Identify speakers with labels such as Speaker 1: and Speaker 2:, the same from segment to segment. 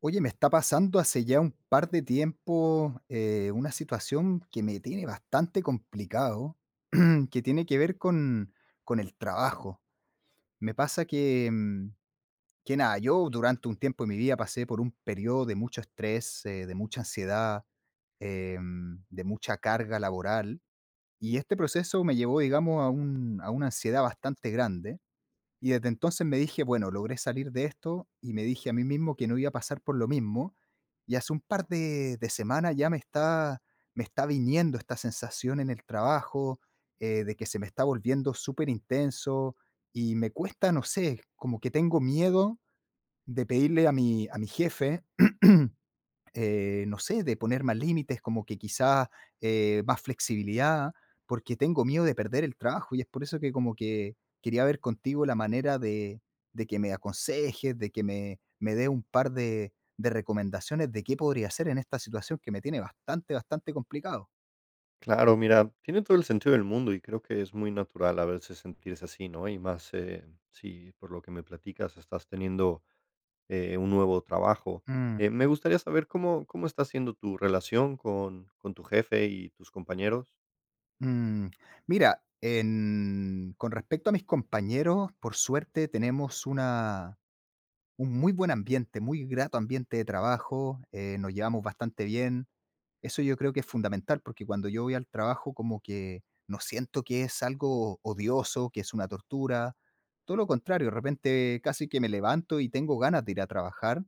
Speaker 1: Oye, me está pasando hace ya un par de tiempo una situación que me tiene bastante complicado, que tiene que ver con el trabajo. Me pasa que, que nada, yo durante un tiempo de mi vida pasé por un periodo de mucho estrés, de mucha ansiedad, de mucha carga laboral, y este proceso me llevó, digamos, a una ansiedad bastante grande y desde entonces me dije, bueno, logré salir de esto y me dije a mí mismo que no iba a pasar por lo mismo. Y hace un par de semanas ya me está viniendo esta sensación en el trabajo, de que se me está volviendo súper intenso y me cuesta, no sé, como que tengo miedo de pedirle a a mi jefe no sé, de poner más límites, como que quizás más flexibilidad, porque tengo miedo de perder el trabajo y es por eso que como que quería ver contigo la manera de que me aconsejes, de que me dé un par de recomendaciones de qué podría hacer en esta situación que me tiene bastante, bastante complicado.
Speaker 2: Claro, mira, tiene todo el sentido del mundo y creo que es muy natural a veces sentirse así, ¿no? Y más si por lo que me platicas estás teniendo un nuevo trabajo.
Speaker 1: Mm,
Speaker 2: Me gustaría saber cómo, cómo está siendo tu relación con tu jefe y tus compañeros.
Speaker 1: mm. Mira, con respecto a mis compañeros, por suerte tenemos un muy buen ambiente, muy grato ambiente de trabajo, nos llevamos bastante bien. Eso yo creo que es fundamental, porque cuando yo voy al trabajo como que no siento que es algo odioso, que es una tortura, todo lo contrario, de repente casi que me levanto y tengo ganas de ir a trabajar,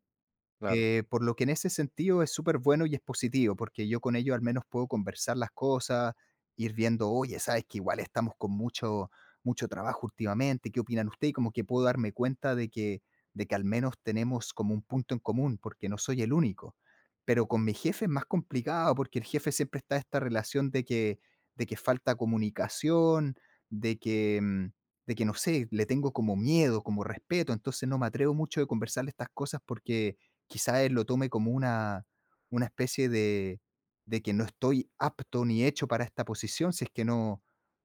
Speaker 2: Claro,
Speaker 1: por lo que en ese sentido es súper bueno y es positivo, porque yo con ellos al menos puedo conversar las cosas, ir viendo, oye, sabes que igual estamos con mucho, mucho trabajo últimamente, ¿qué opinan ustedes? Y como que puedo darme cuenta de que al menos tenemos como un punto en común, porque no soy el único. Pero con mi jefe es más complicado, porque el jefe siempre está esta relación de que falta comunicación, de que, de que no sé, le tengo como miedo, como respeto, entonces no me atrevo mucho de conversarle estas cosas porque quizá él lo tome como una especie de que no estoy apto ni hecho para esta posición si es que no,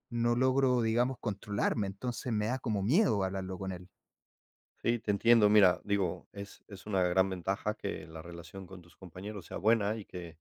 Speaker 1: no logro, digamos, controlarme. Entonces me da como miedo hablarlo con él.
Speaker 2: sí, te entiendo. Mira, digo, es una gran ventaja que la relación con tus compañeros sea buena y que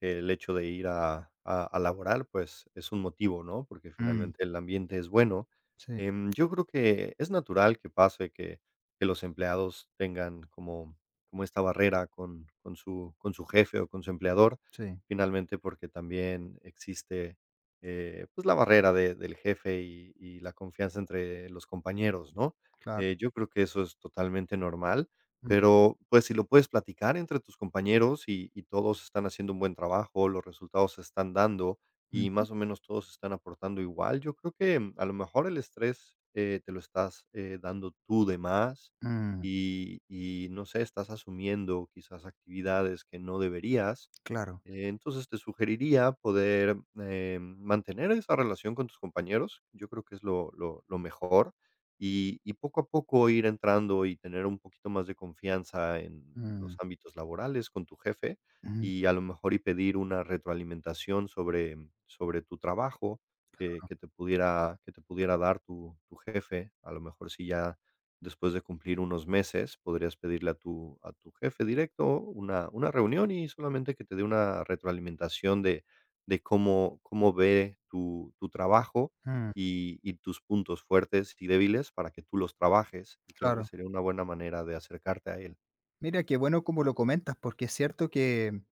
Speaker 2: que el hecho de ir a laborar, pues, es un motivo, ¿no? Porque
Speaker 1: Mm.
Speaker 2: finalmente el ambiente es bueno.
Speaker 1: Sí,
Speaker 2: Yo creo que es natural que pase que los empleados tengan como como esta barrera con su con su jefe o con su empleador,
Speaker 1: sí,
Speaker 2: finalmente, porque también existe, pues, la barrera de del jefe y la confianza entre los compañeros, ¿no?
Speaker 1: claro.
Speaker 2: Yo creo que eso es totalmente normal.
Speaker 1: Mm,
Speaker 2: Pero, pues, si lo puedes platicar entre tus compañeros y todos están haciendo un buen trabajo, los resultados se están dando y
Speaker 1: mm,
Speaker 2: más o menos todos están aportando igual, yo creo que a lo mejor el estrés, te lo estás, dando tú de más
Speaker 1: mm, mm,
Speaker 2: y no sé, estás asumiendo quizás actividades que no deberías.
Speaker 1: claro.
Speaker 2: Entonces, te sugeriría poder, mantener esa relación con tus compañeros, yo creo que es lo mejor, y poco a poco ir entrando y tener un poquito más de confianza en los
Speaker 1: Mm,
Speaker 2: ámbitos laborales con tu jefe,
Speaker 1: mm,
Speaker 2: y a lo mejor y pedir una retroalimentación sobre sobre tu trabajo que te pudiera que te pudiera dar tu jefe, a lo mejor si ya después de cumplir unos meses, podrías pedirle a tu jefe directo una reunión y solamente que te dé una retroalimentación de cómo cómo ve tu trabajo
Speaker 1: mm,
Speaker 2: y tus puntos fuertes y débiles para que tú los trabajes, y creo que
Speaker 1: claro.
Speaker 2: sería una buena manera de acercarte a él.
Speaker 1: Mira, qué bueno como lo comentas, porque es cierto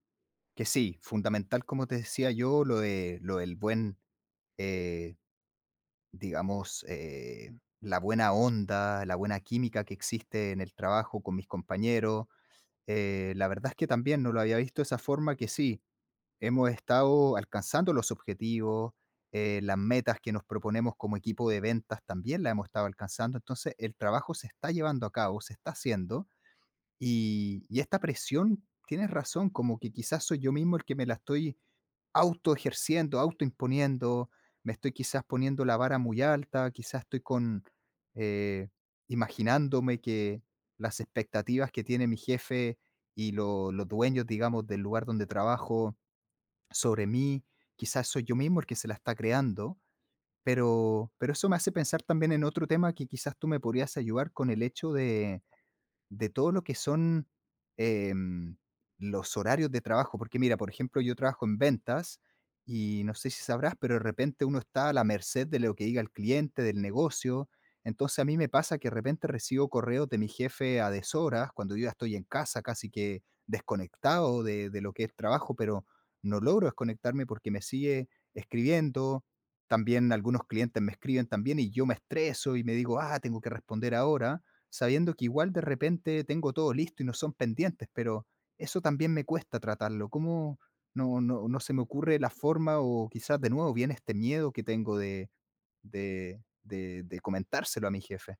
Speaker 1: que sí, fundamental, como te decía yo, lo de, lo del buen, eh, digamos, la buena onda, la buena química que existe en el trabajo con mis compañeros. La verdad es que también no lo había visto de esa forma que sí, hemos estado alcanzando los objetivos, las metas que nos proponemos como equipo de ventas también las hemos estado alcanzando, entonces el trabajo se está llevando a cabo, se está haciendo y esta presión, tienes razón, como que quizás soy yo mismo el que me la estoy autoejerciendo, autoimponiendo, me estoy quizás poniendo la vara muy alta, quizás estoy con, eh, imaginándome que las expectativas que tiene mi jefe y los dueños, digamos, del lugar donde trabajo sobre mí, quizás soy yo mismo el que se la está creando, pero eso me hace pensar también en otro tema que quizás tú me podrías ayudar con el hecho de todo lo que son, em, los horarios de trabajo. Porque mira, por ejemplo, yo trabajo en ventas y no sé si sabrás, pero de repente uno está a la merced de lo que diga el cliente, del negocio. Entonces a mí me pasa que de repente recibo correos de mi jefe a deshoras, cuando yo ya estoy en casa, casi que desconectado de lo que es trabajo, pero no logro desconectarme porque me sigue escribiendo. También algunos clientes me escriben también y yo me estreso y me digo, ah, tengo que responder ahora sabiendo que igual de repente tengo todo listo y no son pendientes, pero eso también me cuesta tratarlo. ¿Cómo no, no se me ocurre la forma o quizás de nuevo viene este miedo que tengo de, de comentárselo a mi jefe?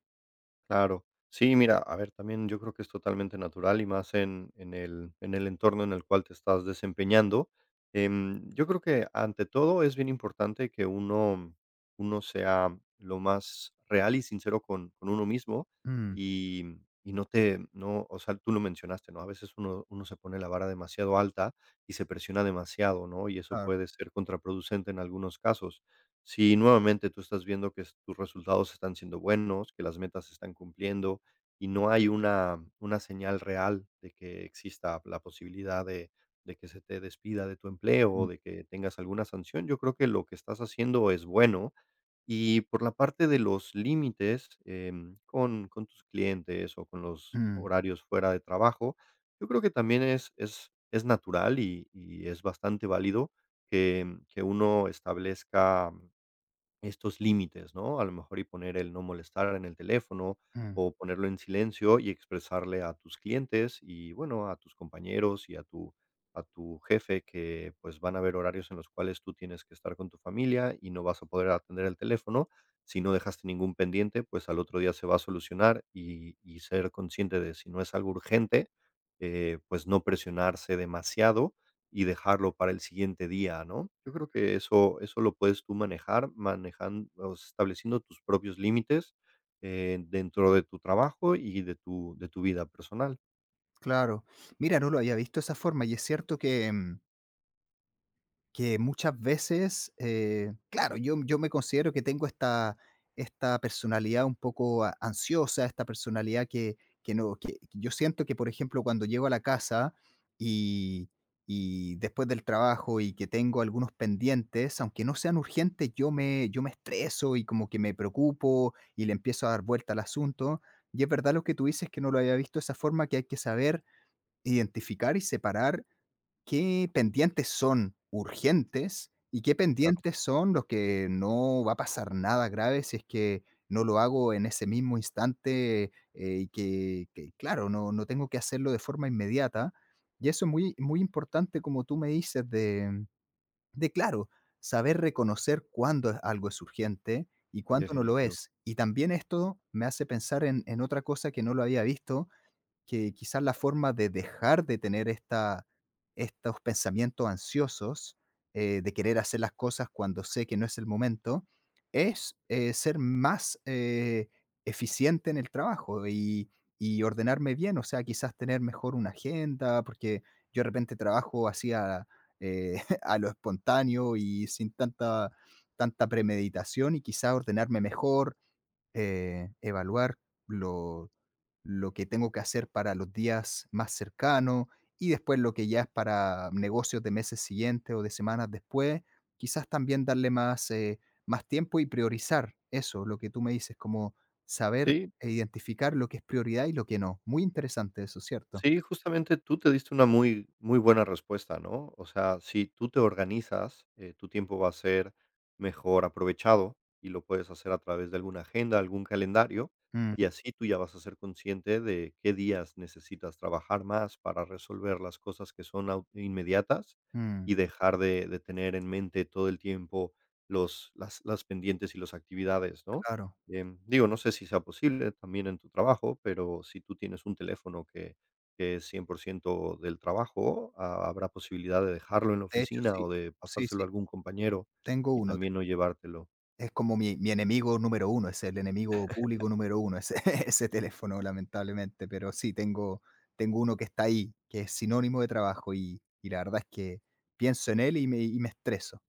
Speaker 2: Claro. Sí, mira, a ver, también yo creo que es totalmente natural y más en el en el entorno en el cual te estás desempeñando. Yo creo que ante todo es bien importante que uno sea lo más real y sincero con uno mismo
Speaker 1: Mm,
Speaker 2: y y no te no, o sea, tú lo mencionaste, ¿no? A veces uno se pone la vara demasiado alta y se presiona demasiado, ¿no? Y eso
Speaker 1: claro.
Speaker 2: puede ser contraproducente en algunos casos. Si nuevamente tú estás viendo que es tus resultados están siendo buenos, que las metas se están cumpliendo y no hay una señal real de que exista la posibilidad de que se te despida de tu empleo o
Speaker 1: Mm,
Speaker 2: de que tengas alguna sanción, yo creo que lo que estás haciendo es bueno. Y por la parte de los límites, con tus clientes o con los
Speaker 1: mm,
Speaker 2: horarios fuera de trabajo, yo creo que también es natural y es bastante válido que uno establezca estos límites, ¿no? A lo mejor y poner el no molestar en el teléfono,
Speaker 1: mm,
Speaker 2: o ponerlo en silencio y expresarle a tus clientes y, bueno, a tus compañeros y a tu jefe que, pues, van a haber horarios en los cuales tú tienes que estar con tu familia y no vas a poder atender el teléfono. Si no dejaste ningún pendiente, pues, al otro día se va a solucionar y ser consciente de si no es algo urgente, pues, no presionarse demasiado y dejarlo para el siguiente día, ¿no? Yo creo que eso lo puedes tú manejar, manejando, estableciendo tus propios límites, dentro de tu trabajo y de tu vida personal.
Speaker 1: claro. Mira, no lo había visto de esa forma y es cierto que... que muchas veces, claro, yo me considero que tengo esta, esta personalidad un poco ansiosa, esta personalidad que no, que yo siento que, por ejemplo, cuando llego a la casa y, y después del trabajo y que tengo algunos pendientes, aunque no sean urgentes, yo me estreso y como que me preocupo y le empiezo a dar vuelta al asunto. Y es verdad lo que tú dices, que no lo había visto de esa forma, que hay que saber identificar y separar qué pendientes son urgentes y qué
Speaker 2: Claro,
Speaker 1: pendientes son los que no va a pasar nada grave si es que no lo hago en ese mismo instante, y que, claro, no tengo que hacerlo de forma inmediata. Y eso es muy muy importante, como tú me dices, de claro, saber reconocer cuándo es algo es urgente y cuándo no lo
Speaker 2: definitivo.
Speaker 1: es. Y también esto me hace pensar en otra cosa que no lo había visto, que quizás la forma de dejar de tener esta, estos pensamientos ansiosos, de querer hacer las cosas cuando sé que no es el momento, es ser más, eficiente en el trabajo y ordenarme bien, o sea, quizás tener mejor una agenda, porque yo de repente trabajo así a, eh, a lo espontáneo y sin tanta, tanta premeditación y quizás ordenarme mejor, evaluar lo, lo que tengo que hacer para los días más cercanos y después lo que ya es para negocios de meses siguientes o de semanas después, quizás también darle más, más tiempo y priorizar eso, lo que tú me dices, como saber
Speaker 2: Sí,
Speaker 1: e identificar lo que es prioridad y lo que no. Muy interesante eso, ¿cierto?
Speaker 2: sí, justamente tú te diste una muy, muy buena respuesta, ¿no? O sea, si tú te organizas, tu tiempo va a ser mejor aprovechado y lo puedes hacer a través de alguna agenda, algún calendario,
Speaker 1: Mm,
Speaker 2: y así tú ya vas a ser consciente de qué días necesitas trabajar más para resolver las cosas que son inmediatas
Speaker 1: mm,
Speaker 2: y dejar de tener en mente todo el tiempo las pendientes y las actividades, ¿no?
Speaker 1: claro.
Speaker 2: Digo, no sé si sea posible también en tu trabajo, pero si tú tienes un teléfono que es 100% del trabajo, ha habrá posibilidad de dejarlo en la
Speaker 1: De hecho,
Speaker 2: oficina
Speaker 1: sí.
Speaker 2: o de
Speaker 1: Sí, sí.
Speaker 2: pasárselo a algún compañero
Speaker 1: Tengo
Speaker 2: y
Speaker 1: uno.
Speaker 2: también no llevártelo.
Speaker 1: Es como mi mi enemigo número uno, es el enemigo público número uno ese ese teléfono, lamentablemente, pero sí, tengo, tengo uno que está ahí, que es sinónimo de trabajo y la verdad es que pienso en él y me estreso.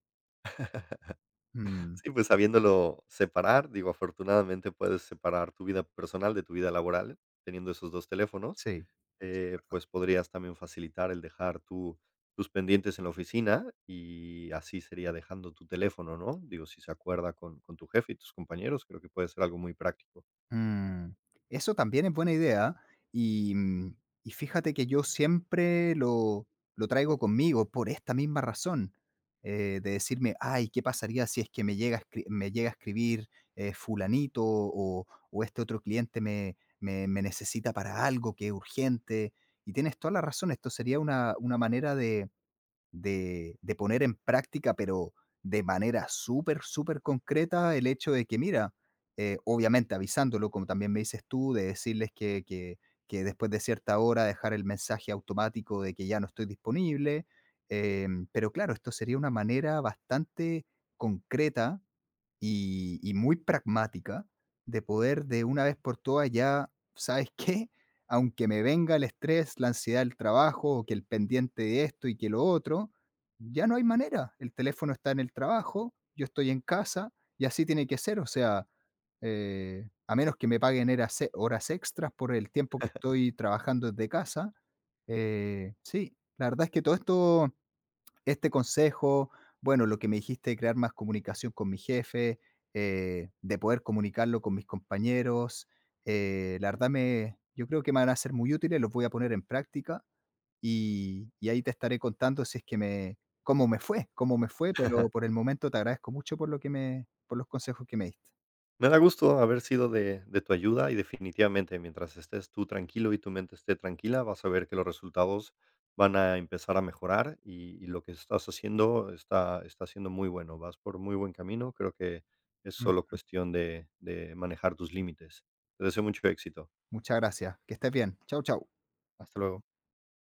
Speaker 1: Mm,
Speaker 2: Sí, pues sabiéndolo separar, digo, afortunadamente puedes separar tu vida personal de tu vida laboral teniendo esos 2 teléfonos,
Speaker 1: sí, sí, es verdad.
Speaker 2: pues podrías también facilitar el dejar tu tus pendientes en la oficina y así sería dejando tu teléfono, ¿no? Digo, si se acuerda con tu jefe y tus compañeros, creo que puede ser algo muy práctico.
Speaker 1: Mm, eso también es buena idea y, y fíjate que yo siempre lo traigo conmigo por esta misma razón, de decirme, ay, ¿qué pasaría si es que me llega me llega a escribir, fulanito o este otro cliente me necesita para algo que es urgente? Y tienes toda la razón, esto sería una manera de poner en práctica, pero de manera súper, súper concreta, el hecho de que, mira, obviamente avisándolo, como también me dices tú, de decirles que, que después de cierta hora dejar el mensaje automático de que ya no estoy disponible. Em, pero claro, esto sería una manera bastante concreta y muy pragmática de poder de una vez por todas ya, ¿sabes qué? Aunque me venga el estrés, la ansiedad del trabajo, o que el pendiente de esto y que lo otro, ya no hay manera. El teléfono está en el trabajo, yo estoy en casa y así tiene que ser. O sea, a menos que me paguen horas extras por el tiempo que estoy trabajando desde casa. Eh, sí, la verdad es que todo esto, este consejo, bueno, lo que me dijiste de crear más comunicación con mi jefe, de poder comunicarlo con mis compañeros, la verdad yo creo que me van a ser muy útiles, los voy a poner en práctica y ahí te estaré contando si es que me, cómo me fue, pero por el momento te agradezco mucho por lo que por los consejos que me diste.
Speaker 2: Me da gusto haber sido de tu ayuda y definitivamente mientras estés tú tranquilo y tu mente esté tranquila, vas a ver que los resultados van a empezar a mejorar y lo que estás haciendo está, está siendo muy bueno, vas por muy buen camino, creo que es solo
Speaker 1: Mm.
Speaker 2: cuestión de manejar tus límites. Te deseo mucho éxito.
Speaker 1: Muchas gracias, que estés bien. Chau, chau.
Speaker 2: Hasta luego.